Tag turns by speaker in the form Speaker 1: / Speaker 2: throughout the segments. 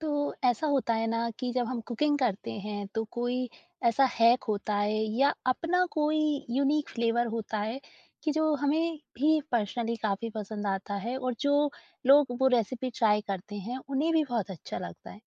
Speaker 1: तो ऐसा होता है ना कि जब हम कुकिंग करते हैं तो कोई ऐसा हैक होता है या अपना कोई यूनिक फ्लेवर होता है कि जो हमें भी पर्सनली काफ़ी पसंद आता है और जो लोग वो रेसिपी ट्राई करते हैं उन्हें भी बहुत अच्छा लगता है।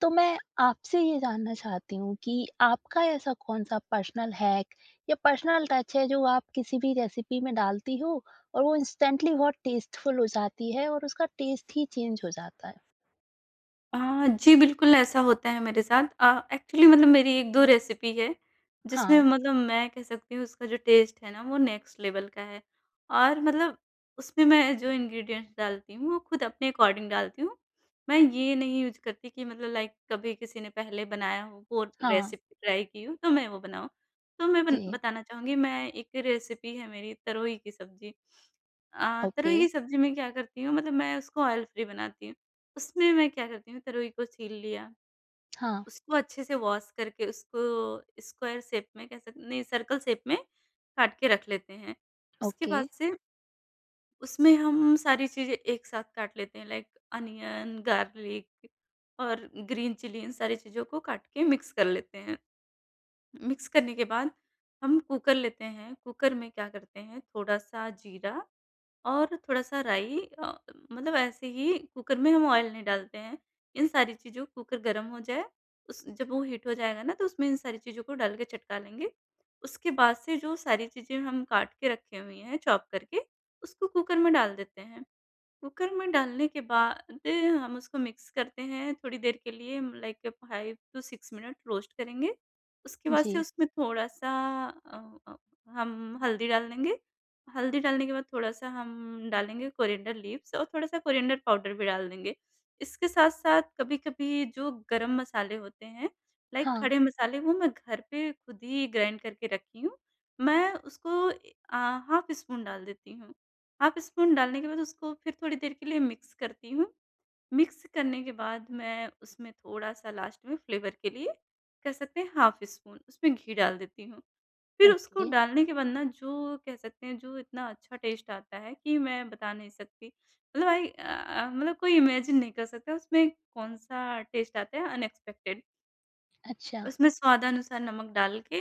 Speaker 1: तो मैं आपसे ये जानना चाहती हूँ कि आपका ऐसा कौन-सा पर्सनल हैक या पर्सनल टच है जो आप किसी भी रेसिपी में डालती हो और वो इंस्टेंटली बहुत टेस्टफुल हो जाती है और उसका टेस्ट ही चेंज हो जाता है?
Speaker 2: अ, जी, बिल्कुल ऐसा होता है मेरे साथ। एक्चुअली मतलब मेरी 1-2 रेसिपी है, जिसमें
Speaker 1: हाँ,
Speaker 2: मतलब मैं कह सकती हूँ उसका जो टेस्ट है ना वो नेक्स्ट लेवल का है। और मतलब उसमें मैं जो इंग्रीडिएंट्स डालती हूँ वो खुद अपने अकॉर्डिंग डालती हूँ। मैं ये नहीं यूज़ करती कि मतलब लाइक कभी किसी ने पहले बनाया हो वो
Speaker 1: हाँ।
Speaker 2: रेसिपी ट्राई की हो तो मैं वो बनाऊँ। तो मैं बन
Speaker 1: जी,
Speaker 2: बताना चाहूँगी, मैं एक रेसिपी है मेरी तरोई की सब्ज़ी।
Speaker 1: ओके,
Speaker 2: तरोई की सब्ज़ी में क्या करती हूँ, मतलब मैं उसको ऑयल फ्री बनाती हूँ। उसमें मैं क्या करती हूँ, तरोई को छील लिया,
Speaker 1: हाँ,
Speaker 2: उसको अच्छे से वॉश करके उसको स्क्वायर शेप में कह सक नहीं, सर्कल शेप में काट के रख लेते हैं। उसके
Speaker 1: ओके,
Speaker 2: बाद से उसमें हम सारी चीज़ें एक साथ काट लेते हैं, लाइक अनियन, गार्लिक और ग्रीन चिली, इन सारी चीज़ों को काट के मिक्स कर लेते हैं। मिक्स करने के बाद हम कुकर लेते हैं, कुकर में क्या करते हैं, थोड़ा-सा जीरा और थोड़ा-सा राई, मतलब ऐसे ही, कुकर में हम ऑयल नहीं डालते हैं। इन सारी चीज़ों, कुकर गरम हो जाए, उस जब वो हीट हो जाएगा ना, तो उसमें इन सारी चीज़ों को डाल के चटका लेंगे। उसके बाद से जो सारी चीज़ें हम काट के रखी हुई हैं, चॉप करके उसको कुकर में डाल देते हैं। कुकर में डालने के बाद हम उसको मिक्स करते हैं थोड़ी देर के लिए, लाइक 5 टू 6 मिनट रोस्ट करेंगे। उसके बाद से
Speaker 1: जी,
Speaker 2: उसमें थोड़ा-सा अ अ, हम हल्दी डाल देंगे। हल्दी डालने के बाद थोड़ा-सा हम डालेंगे कोरिएंडर लीव्स, और थोड़ा-सा कोरिएंडर पाउडर भी डाल देंगे। इसके साथ-साथ कभी-कभी जो गरम मसाले होते हैं, लाइक
Speaker 1: हाँ,
Speaker 2: खड़े मसाले, वो मैं घर पे खुद ही ग्राइंड करके रखी हूँ। मैं उसको हाफ स्पून डाल देती हूँ। हाफ स्पून डालने के बाद उसको फिर थोड़ी देर के लिए मिक्स करती हूँ। मिक्स करने के बाद मैं उसमें थोड़ा-सा लास्ट में फ्लेवर के लिए, कह सकते हैं, हाफ स्पून उसमें घी डाल देती हूँ। फिर उसको
Speaker 1: ओके,
Speaker 2: डालने के बाद ना, जो कह सकते हैं, जो इतना अच्छा टेस्ट आता है कि मैं बता नहीं सकती। मतलब मतलब कोई इमेजिन नहीं कर सकता उसमें कौन-सा टेस्ट आता है, अनएक्सपेक्टेड।
Speaker 1: अच्छा,
Speaker 2: उसमें स्वादानुसार नमक डाल के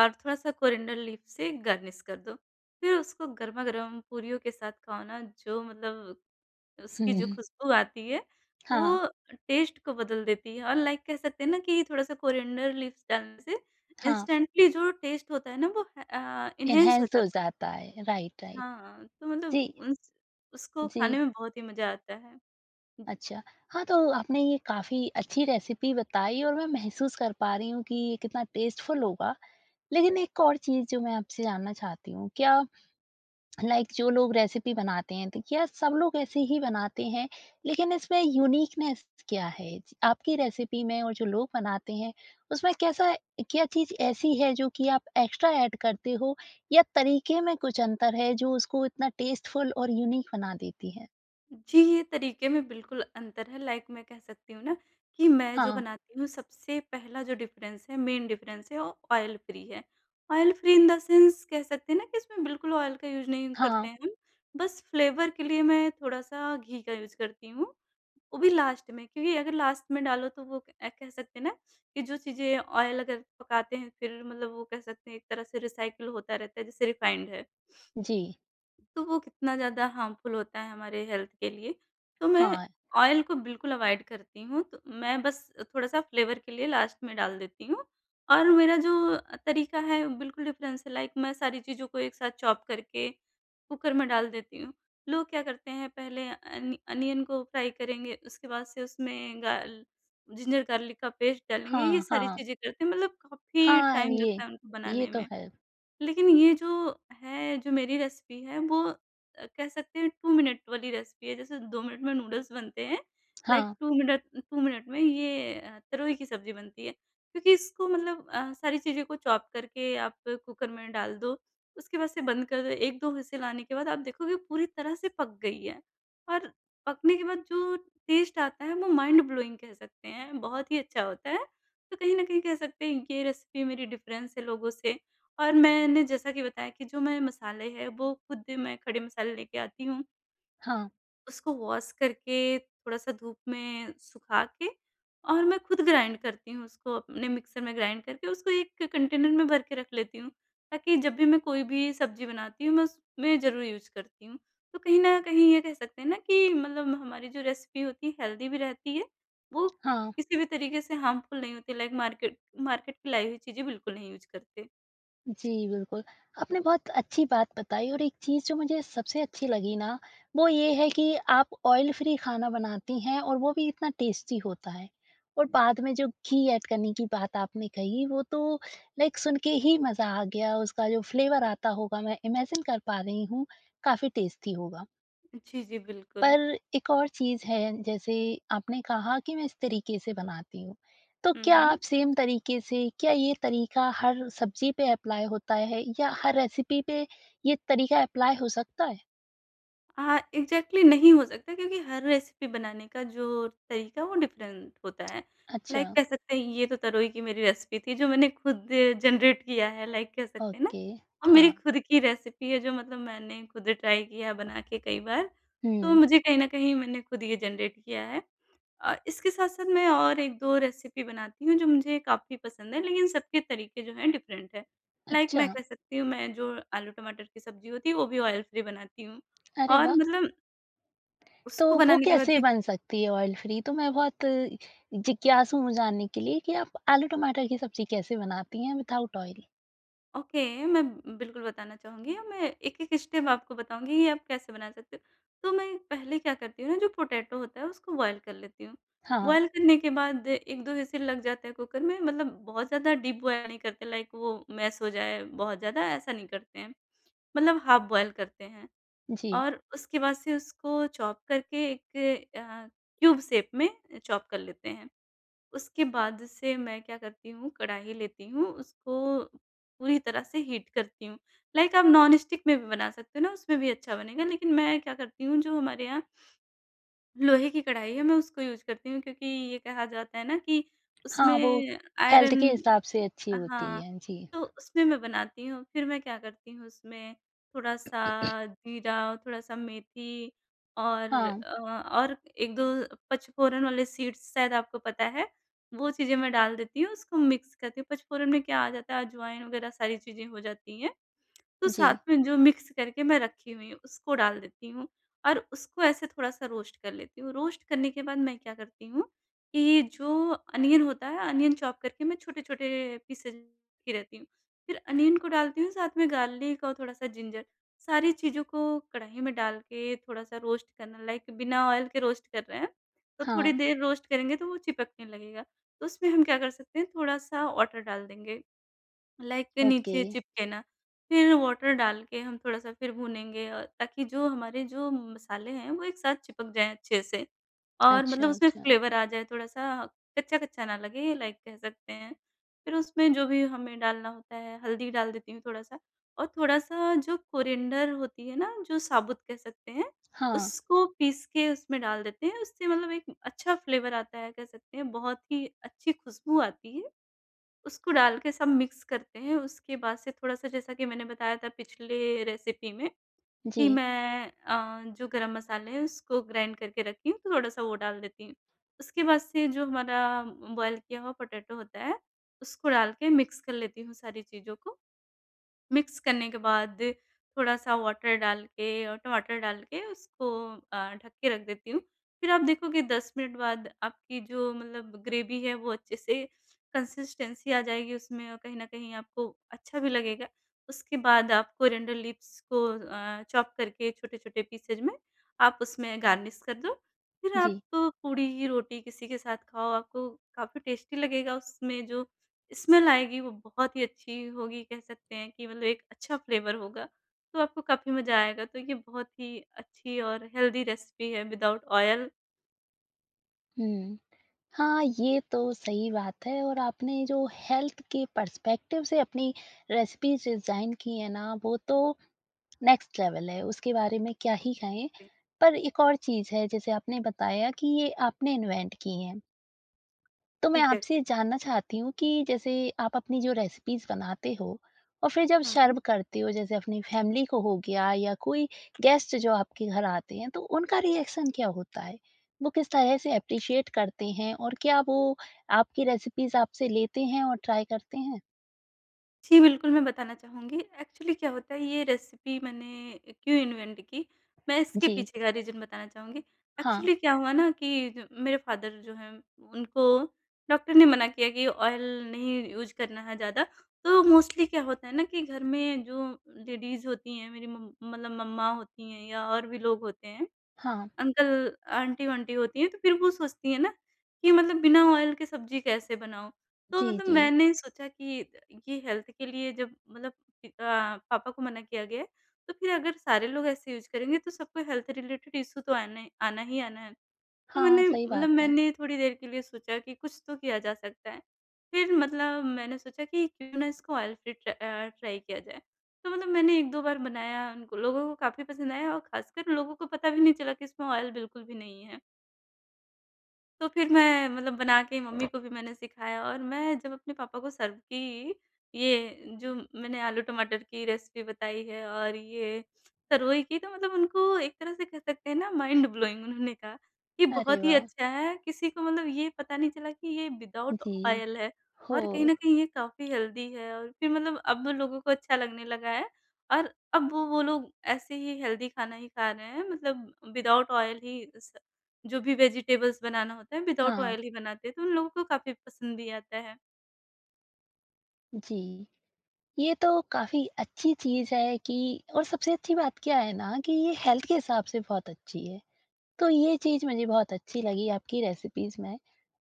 Speaker 2: और थोड़ा-सा कोरिएंडर लीफ से गार्निश कर दो। फिर उसको गरमा-गरम पूरियों के साथ खाओ ना, जो मतलब उसकी जो
Speaker 1: हुँ,
Speaker 2: खुशबू आती है,
Speaker 1: हाँ,
Speaker 2: वो टेस्ट को बदल देती है, और लाइक कह सकते हैं ना कि थोड़ा-सा कोरिएंडर लीव्स डालने से
Speaker 1: हाँ,
Speaker 2: इंस्टेंटली जो टेस्ट होता है ना, वो एनहांस हो
Speaker 1: एनहांस हो
Speaker 2: जाता है।
Speaker 1: जाता है, राइट, राइट,
Speaker 2: हाँ, तो मतलब
Speaker 1: जी,
Speaker 2: उस उसको खाने
Speaker 1: जी,
Speaker 2: में बहुत ही मज़ा आता है। जी।
Speaker 1: अच्छा। हाँ, तो आपने ये काफ़ी अच्छी रेसिपी बताई और मैं महसूस कर पा रही हूँ कि ये कितना टेस्टफुल होगा। लेकिन एक और चीज़ जो मैं आपसे जानना चाहती हूँ, क्या लाइक, जो लोग रेसिपी बनाते हैं तो क्या सब लोग ऐसे ही बनाते हैं लेकिन इसमें यूनिकनेस क्या है जी, आपकी रेसिपी में और जो लोग बनाते हैं उसमें कैसा क्या चीज़ ऐसी है जो कि आप एक्स्ट्रा ऐड करते हो या तरीके में कुछ अंतर है जो उसको इतना टेस्टफुल और यूनिक बना देती है?
Speaker 2: जी, ये तरीके में बिल्कुल अंतर है, लाइक मैं कह सकती हूँ ना कि मैं जो
Speaker 1: हाँ
Speaker 2: बनाती हूँ, सबसे पहला जो डिफ़रेंस है, मेन डिफ़रेंस है, वो ऑयल फ्री है। Oil free in the sense, कह सकते हैं ना, कि इसमें बिल्कुल ऑयल का यूज़ नहीं करते
Speaker 1: हाँ
Speaker 2: हैं हम। बस फ्लेवर के लिए मैं थोड़ा-सा घी का यूज़ करती हूँ, वो भी लास्ट में, क्योंकि अगर लास्ट में डालो, तो वो कह सकते हैं ना कि जो चीज़ें ऑयल अगर पकाते हैं, फिर मतलब वो कह सकते हैं एक तरह से रिसाइकिल होता रहता है, जैसे रिफाइंड है।
Speaker 1: जी
Speaker 2: तो वो कितना ज़्यादा हार्मफुल होता है हमारे हेल्थ के लिए। तो मैं
Speaker 1: हाँ
Speaker 2: ऑयल को बिल्कुल अवॉइड करती हूँ, तो मैं बस थोड़ा-सा फ्लेवर के लिए लास्ट में डाल देती हूँ। और मेरा जो तरीका है वो बिल्कुल डिफरेंस है, लाइक मैं सारी चीज़ों को एक साथ चॉप करके कुकर में डाल देती हूँ। लोग क्या करते हैं, पहले अनियन को फ्राई करेंगे, उसके बाद से उसमें गाल जिंजर गार्लिक का पेस्ट डालेंगे, ये
Speaker 1: हाँ
Speaker 2: सारी
Speaker 1: हाँ
Speaker 2: चीज़ें करते हैं, मतलब काफ़ी
Speaker 1: हाँ
Speaker 2: टाइम
Speaker 1: ये
Speaker 2: लगता है उनको
Speaker 1: ये
Speaker 2: बनाने
Speaker 1: तो
Speaker 2: में।
Speaker 1: है
Speaker 2: लेकिन ये जो है, जो मेरी रेसिपी है, वो कह सकते हैं 2 मिनट वाली रेसिपी है, जैसे 2 मिनट में नूडल्स बनते हैं, लाइक
Speaker 1: हाँ
Speaker 2: 2 मिनट 2 मिनट में ये तरोई की सब्ज़ी बनती है। क्योंकि इसको मतलब सारी चीज़ें को चॉप करके आप कुकर में डाल दो, उसके बाद से बंद कर दो, 1-2 व्हिसल आने के बाद आप देखोगे पूरी तरह से पक गई है। और पकने के बाद जो टेस्ट आता है, वो माइंड ब्लोइंग, कह सकते हैं, बहुत ही अच्छा होता है। तो कहीं न कहीं कह सकते हैं ये रेसिपी मेरी डिफ़रेंस है लोगों से। और मैंने जैसा कि बताया कि जो मैं मसाले हैं, वो खुद मैं खड़े मसाले लेके आती हूँ,
Speaker 1: हाँ
Speaker 2: उसको वॉश करके थोड़ा-सा धूप में सुखा के, और मैं खुद ग्राइंड करती हूँ, उसको अपने मिक्सर में ग्राइंड करके उसको एक कंटेनर में भर के रख लेती हूँ, ताकि जब भी मैं कोई भी सब्ज़ी बनाती हूँ, मैं उसमें ज़रूर यूज़ करती हूँ। तो कहीं न कहीं ये कह सकते हैं ना कि मतलब हमारी जो रेसिपी होती है, हेल्दी भी रहती है, वो
Speaker 1: हाँ
Speaker 2: किसी भी तरीके से हार्मफुल नहीं होती, लाइक मार्केट मार्केट की लाई हुई चीज़ें बिल्कुल नहीं यूज़ करते।
Speaker 1: जी, बिल्कुल। आपने बहुत अच्छी बात बताई और एक चीज़ जो मुझे सबसे अच्छी लगी ना, वो ये है कि आप ऑयल फ्री खाना बनाती हैं और वो भी इतना टेस्टी होता है। और बाद में जो घी ऐड करने की बात आपने कही, वो तो लाइक सुन के ही मज़ा आ गया, उसका जो फ्लेवर आता होगा मैं इमेजिन कर पा रही हूँ, काफ़ी टेस्टी होगा।
Speaker 2: जी, जी, बिल्कुल।
Speaker 1: पर एक और चीज़ है जैसे आपने कहा कि मैं इस तरीके से बनाती हूँ। तो
Speaker 2: हुँ,
Speaker 1: क्या आप
Speaker 2: हुँ।
Speaker 1: सेम तरीके से क्या ये तरीका हर सब्ज़ी पे एप्लाई होता है या हर रेसिपी पे ये तरीका एप्लाई हो सकता है?
Speaker 2: हाँ, एग्ज़ैक्टली नहीं हो सकता, क्योंकि हर रेसिपी बनाने का जो तरीका, वो डिफ़रेंट होता है।
Speaker 1: अच्छा,
Speaker 2: लाइक कह सकते हैं, ये तो तरोई की मेरी रेसिपी थी जो मैंने खुद जनरेट किया है, लाइक कह सकते हैं ना।
Speaker 1: ओके,
Speaker 2: और मेरी
Speaker 1: हाँ।
Speaker 2: खुद की रेसिपी है, जो मतलब मैंने खुद ट्राई किया है बना के कई बार। तो
Speaker 1: हुँ,
Speaker 2: मुझे कहीं न कहीं मैंने खुद ये जनरेट किया है। इसके साथ-साथ मैं और 1-2 रेसिपी बनाती हूँ जो मुझे काफ़ी पसंद है, लेकिन सबके तरीके जो हैं, डिफरेंट हैं। लाइक
Speaker 1: अच्छा,
Speaker 2: मैं कह सकती हूँ, मैं जो आलू टमाटर की सब्ज़ी होती है, वो भी ऑयल फ्री बनाती हूँ,
Speaker 1: अरे
Speaker 2: और
Speaker 1: वाह!
Speaker 2: मतलब
Speaker 1: तो
Speaker 2: उसको
Speaker 1: वो
Speaker 2: बनाने के बाद
Speaker 1: कैसे
Speaker 2: भी।
Speaker 1: बन सकती है ऑयल फ्री? तो मैं बहुत जिज्ञासु हूँ जानने के लिए कि आप आलू टमाटर की सब्ज़ी कैसे बनाती हैं विदाउट ऑयल?
Speaker 2: ओके, मैं बिल्कुल बताना चाहूँगी, मैं एक-एक स्टेप आपको बताऊँगी कि आप कैसे बना सकते हो। तो मैं पहले क्या करती हूँ ना, जो पोटैटो होता है उसको बॉयल कर लेती हूँ।
Speaker 1: हाँ,
Speaker 2: बॉयल करने के बाद 1-2 व्हिसिल लग जाते हैं कुकर में, मतलब बहुत ज़्यादा डीप बॉयल नहीं करते, लाइक वो मैश हो जाए, बहुत ज़्यादा ऐसा नहीं करते हैं। मतलब हाफ बॉयल करते हैं,
Speaker 1: जी।
Speaker 2: और उसके बाद से उसको चॉप करके एक क्यूब शेप में चॉप कर लेते हैं। उसके बाद से मैं क्या करती हूँ, कढ़ाई लेती हूँ, उसको पूरी तरह से हीट करती हूँ। लाइक आप नॉन स्टिक में भी बना सकते हो ना, उसमें भी अच्छा बनेगा। लेकिन मैं क्या करती हूँ, जो हमारे यहाँ लोहे की कढ़ाई है, मैं उसको यूज़ करती हूँ, क्योंकि ये कहा जाता है ना कि
Speaker 1: हाँ, वो
Speaker 2: उसमें
Speaker 1: हेल्थ
Speaker 2: आयरन,
Speaker 1: के हिसाब से अच्छी होती
Speaker 2: हाँ,
Speaker 1: है। जी।
Speaker 2: तो उसमें मैं बनाती हूँ। फिर मैं क्या करती हूँ, उसमें थोड़ा-सा जीरा और थोड़ा-सा मेथी, और
Speaker 1: हाँ,
Speaker 2: अ, और 1-2 पचफोरन वाले सीड्स, शायद आपको पता है, वो चीज़ें मैं डाल देती हूँ, उसको मिक्स करती हूँ। पचफोरन में क्या आ जाता है, अजवाइन वगैरह सारी चीज़ें हो जाती हैं। तो साथ
Speaker 1: जी,
Speaker 2: में जो मिक्स करके मैं रखी हुई हूँ, उसको डाल देती हूँ, और उसको ऐसे थोड़ा-सा रोस्ट कर लेती हूँ। रोस्ट करने के बाद मैं क्या करती हूँ, कि जो अनियन होता है, अनियन चॉप करके मैं छोटे-छोटे पीसेज़ की रहती हूँ। फिर अनियन को डालती हूँ, साथ में गार्लिक और थोड़ा-सा जिंजर। सारी चीज़ों को कढ़ाई में डाल के थोड़ा-सा रोस्ट करना, लाइक बिना ऑयल के रोस्ट कर रहे हैं, तो थोड़ी
Speaker 1: हाँ,
Speaker 2: देर रोस्ट करेंगे तो वो चिपकने लगेगा। तो उसमें हम क्या कर सकते हैं, थोड़ा-सा वाटर डाल देंगे, लाइक
Speaker 1: ओके,
Speaker 2: नीचे चिपके ना। फिर वाटर डाल के हम थोड़ा-सा फिर भूनेंगे, ताकि जो हमारे जो मसाले हैं, वो एक साथ चिपक जाएँ अच्छे से, और
Speaker 1: अच्छा,
Speaker 2: मतलब उसमें
Speaker 1: अच्छा,
Speaker 2: फ्लेवर आ जाए, थोड़ा-सा कच्चा-कच्चा ना लगे, लाइक कह सकते हैं। फिर उसमें जो भी हमें डालना होता है, हल्दी डाल देती हूँ थोड़ा-सा, और थोड़ा-सा जो कोरिएंडर होती है ना, जो साबुत, कह सकते हैं,
Speaker 1: हाँ,
Speaker 2: उसको पीस के उसमें डाल देते हैं। उससे मतलब एक अच्छा फ्लेवर आता है, कह सकते हैं। बहुत ही अच्छी खुशबू आती है। उसको डाल के सब मिक्स करते हैं। उसके बाद से थोड़ा-सा, जैसा कि मैंने बताया था पिछले रेसिपी में, कि
Speaker 1: जी,
Speaker 2: मैं जो गरम मसाले हैं, उसको ग्राइंड करके रखी हूँ, तो थोड़ा-सा वो डाल देती हूँ। उसके बाद से जो हमारा बॉयल किया हुआ पोटैटो होता है, उसको डाल के मिक्स कर लेती हूँ सारी चीज़ों को। मिक्स करने के बाद थोड़ा-सा वाटर डाल के और टमाटर डाल के उसको ढक के रख देती हूँ। फिर आप देखोगे 10 मिनट बाद, आपकी जो मतलब ग्रेवी है, वो अच्छे से कंसिस्टेंसी आ जाएगी उसमें, और कहीं न कहीं आपको अच्छा भी लगेगा। उसके बाद आप कोरिएंडर लीव्स को चॉप करके छोटे-छोटे पीसेज़ में आप उसमें गार्निश कर दो। फिर आप
Speaker 1: जी,
Speaker 2: पूड़ी, रोटी किसी के साथ खाओ, आपको काफ़ी टेस्टी लगेगा, उसमें जो स्मेल आएगी वो बहुत ही अच्छी होगी, कह सकते हैं कि मतलब एक अच्छा फ्लेवर होगा, तो आपको काफ़ी मज़ा आएगा। तो ये बहुत ही अच्छी और हेल्दी रेसिपी है, विदाउट ऑयल।
Speaker 1: हुँ। हाँ, ये तो सही बात है और आपने जो हेल्थ के पर्सपेक्टिव से अपनी रेसिपीज़ डिज़ाइन की है ना, वो तो नेक्स्ट लेवल है, उसके बारे में क्या ही कहें।
Speaker 2: एग्ज़ैक्टली,
Speaker 1: पर एक और चीज़ है, जैसे आपने बताया कि ये आपने इन्वेंट की हैं। तो मैं आपसे
Speaker 2: एग्ज़ैक्टली।
Speaker 1: जानना चाहती हूँ कि जैसे आप अपनी जो रेसिपीज़ बनाते हो और फिर जब
Speaker 2: हुँ।
Speaker 1: सर्व करते हो जैसे अपनी फैमिली को हो गया या कोई गेस्ट जो आपके घर आते हैं तो उनका रिएक्शन क्या होता है? वो किस तरह से एप्रिशिएट करते हैं और क्या वो आपकी रेसिपीज़ आपसे लेते हैं और ट्राई करते हैं?
Speaker 2: जी, बिल्कुल, मैं बताना चाहूँगी। एक्चुअली क्या होता है, ये रेसिपी मैंने क्यों इन्वेंट की, मैं इसके
Speaker 1: जी।
Speaker 2: पीछे का रीज़न बताना चाहूँगी।
Speaker 1: हाँ,
Speaker 2: एक्चुअली क्या हुआ ना कि ज मेरे फादर जो हैं, उनको डॉक्टर ने मना किया कि ऑयल नहीं यूज़ करना है ज़्यादा। तो मोस्टली क्या होता है ना कि घर में जो लेडीज़ होती हैं, मेरी मम मतलब मम्मा होती हैं या और भी लोग होते हैं,
Speaker 1: हाँ।
Speaker 2: अंकल आंटी-वांटी होती हैं, तो फिर वो सोचती हैं ना कि मतलब बिना ऑयल के सब्ज़ी कैसे बनाऊँ? तो
Speaker 1: जी,
Speaker 2: मतलब
Speaker 1: जी।
Speaker 2: मैंने सोचा कि ये हेल्थ के लिए जब मतलब अ, पापा को मना किया गया है, तो फिर अगर सारे लोग ऐसे यूज़ करेंगे तो सबको हेल्थ रिलेटेड इश्यू तो आने आना ही आना है। तो
Speaker 1: हाँ,
Speaker 2: मैंने
Speaker 1: सही
Speaker 2: मतलब
Speaker 1: बात है।
Speaker 2: मैंने थोड़ी देर के लिए सोचा कि कुछ तो किया जा सकता है। फिर मतलब मैंने सोचा कि क्यों ना इसको ऑयल फ्री ट्राई किया जाए। तो मतलब मैंने 1-2 बार बनाया, उनको लोगों को काफ़ी पसंद आया और ख़ासकर लोगों को पता भी नहीं चला कि इसमें ऑयल बिल्कुल भी नहीं है। तो फिर मैं मतलब बना के मम्मी को भी मैंने सिखाया, और मैं जब अपने पापा को सर्व की, ये जो मैंने आलू टमाटर की रेसिपी बताई है और ये तरोई की, तो मतलब उनको एक तरह से कह सकते हैं ना, माइंड ब्लोइंग, उन्होंने कहा कि
Speaker 1: अरे
Speaker 2: बहुत ही
Speaker 1: वाह!
Speaker 2: अच्छा है, किसी को मतलब ये पता नहीं चला कि ये विदाउट
Speaker 1: जी।
Speaker 2: ऑयल है
Speaker 1: हो
Speaker 2: और कहीं न कहीं ये काफ़ी हेल्दी है। और फिर मतलब अब लोगों को अच्छा लगने लगा है, और अब वो लोग ऐसे ही हेल्दी खाना ही खा रहे हैं, मतलब विदाउट ऑयल ही स जो भी वेजिटेबल्स बनाना होता है विदाउट
Speaker 1: हाँ,
Speaker 2: ऑयल ही बनाते हैं, तो उन लोगों को काफ़ी पसंद भी आता है।
Speaker 1: जी। ये तो काफ़ी अच्छी चीज़ है कि और सबसे अच्छी बात क्या है ना कि ये हेल्थ के हिसाब से बहुत अच्छी है। तो ये चीज़ मुझे बहुत अच्छी लगी आपकी रेसिपीज़ में।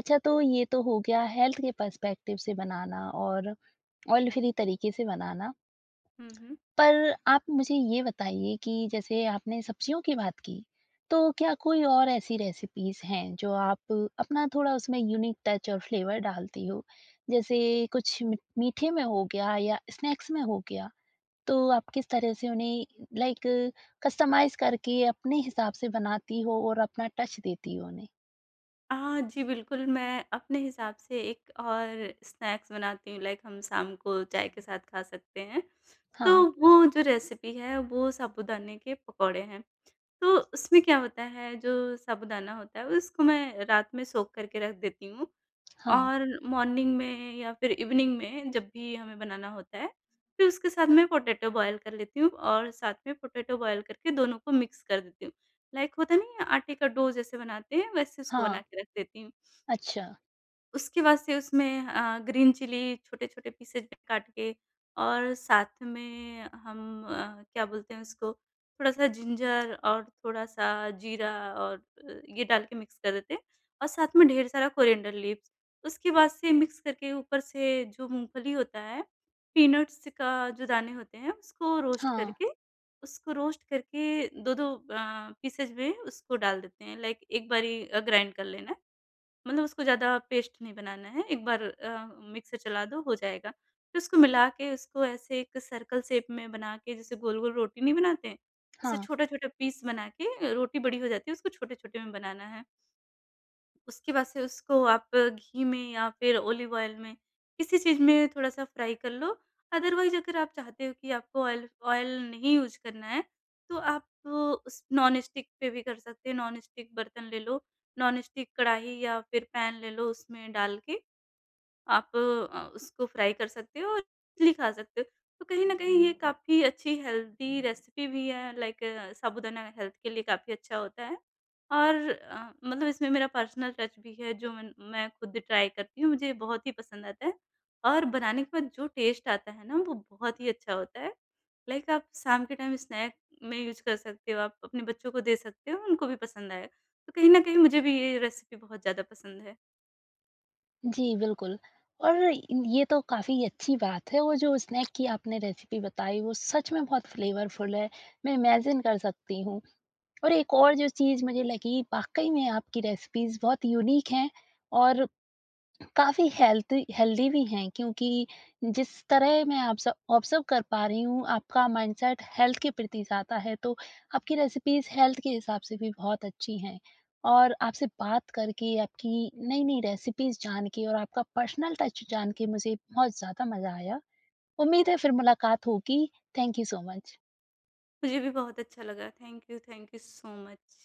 Speaker 1: अच्छा तो ये तो हो गया हेल्थ के पर्सपेक्टिव से बनाना और ऑयल फ्री तरीके से बनाना।
Speaker 2: हुँ, हुँ।
Speaker 1: पर आप मुझे ये बताइए कि जैसे आपने सब्जियों की बात की, तो क्या कोई और ऐसी रेसिपीज़ हैं जो आप अपना थोड़ा उसमें यूनिक टच और फ्लेवर डालती हो? जैसे कुछ मि मीठे में हो गया या स्नैक्स में हो गया? तो आप किस तरह से उन्हें लाइक कस्टमाइज़ करके अपने हिसाब से बनाती हो और अपना टच देती हो उन्हें?
Speaker 2: हाँ जी, बिल्कुल, मैं अपने हिसाब से एक और स्नैक्स बनाती हूँ, लाइक हम शाम को चाय के साथ खा सकते हैं।
Speaker 1: हाँ,
Speaker 2: तो वो जो रेसिपी है, वो साबूदाने के पकौड़े हैं। तो उसमें क्या होता है, जो साबूदाना होता है उसको मैं रात में सोख करके रख देती हूँ
Speaker 1: हाँ,
Speaker 2: और मॉर्निंग में या फिर इवनिंग में जब भी हमें बनाना होता है, फिर उसके साथ मैं पोटैटो बॉयल कर लेती हूँ और साथ में पोटैटो बॉयल करके दोनों को मिक्स कर देती हूँ। लाइक होता नहीं है आटे का डो जैसे बनाते हैं, वैसे उसको
Speaker 1: हाँ,
Speaker 2: बना के रख देती हूँ।
Speaker 1: अच्छा,
Speaker 2: उसके बाद से उसमें ग्रीन चिली छोटे-छोटे पीसेज में काट के, और साथ में हम क्या बोलते हैं उसको, थोड़ा-सा जिंजर और थोड़ा-सा जीरा और ये डाल के मिक्स कर देते हैं, और साथ में ढेर सारा कोरिएंडर लीव्स। उसके बाद से मिक्स करके, ऊपर से जो मूँगफली होता है, पीनट्स का जो दाने होते हैं उसको रोस्ट
Speaker 1: हाँ,
Speaker 2: करके 2-2 पीसेज में उसको डाल देते हैं। लाइक एक बारी ग्राइंड कर लेना। मतलब उसको ज़्यादा पेस्ट नहीं बनाना है, एक बार मिक्सर चला दो, हो जाएगा। फिर उसको मिला के उसको ऐसे एक सर्कल शेप में बना के, जैसे गोल-गोल रोटी नहीं बनाते हैं, ऐसे
Speaker 1: हाँ,
Speaker 2: छोटा-छोटा पीस बना के, रोटी बड़ी हो जाती है उसको छोटे-छोटे में बनाना है। उसके बाद से उसको आप घी में या फिर ऑलिव ऑयल में, किसी चीज़ में थोड़ा-सा फ्राई कर लो। अदरवाइज़ अगर आप चाहते हो कि आपको ऑयल ऑयल नहीं यूज़ करना है, तो आप उस नॉन स्टिक पे भी कर सकते हैं। नॉन स्टिक बर्तन ले लो, नॉन स्टिक कढ़ाई या फिर पैन ले लो, उसमें डाल के आप उसको फ्राई कर सकते हो और इडली खा सकते हो। तो कहीं न कहीं ये काफ़ी अच्छी हेल्दी रेसिपी भी है, लाइक साबूदाना हेल्थ के लिए काफ़ी अच्छा होता है। और मतलब इसमें मेरा पर्सनल टच भी है, जो मन मैं खुद ट्राई करती हूँ, मुझे बहुत ही पसंद आता है। और बनाने के बाद जो टेस्ट आता है ना, वो बहुत ही अच्छा होता है। लाइक आप शाम के टाइम स्नैक में यूज़ कर सकते हो, आप अपने बच्चों को दे सकते हो, उनको भी पसंद आएगा। तो कहीं न कहीं मुझे भी ये रेसिपी बहुत ज़्यादा पसंद है।
Speaker 1: जी, बिल्कुल। और ये तो काफ़ी अच्छी बात है, वो जो स्नैक की आपने रेसिपी बताई वो सच में बहुत फ्लेवरफुल है, मैं इमेजिन कर सकती हूँ। और एक और जो चीज़ मुझे लगी वाक़ई में आपकी रेसिपीज़ बहुत यूनिक हैं और काफ़ी हेल्थी हेल्दी भी हैं क्योंकि जिस तरह मैं ऑब्ज़र्व ऑब्ज़र्व कर पा रही हूँ आपका माइंडसेट हेल्थ के प्रति ज़्यादा है तो आपकी रेसिपीज़ हेल्थ के हिसाब से भी बहुत अच्छी हैं। और आपसे बात करके, आपकी नई-नई रेसिपीज़ जान के और आपका पर्सनल टच जान के मुझे बहुत ज़्यादा मज़ा आया। उम्मीद है फिर मुलाकात होगी। Thank you so much.
Speaker 2: मुझे भी बहुत अच्छा लगा। Thank you so much.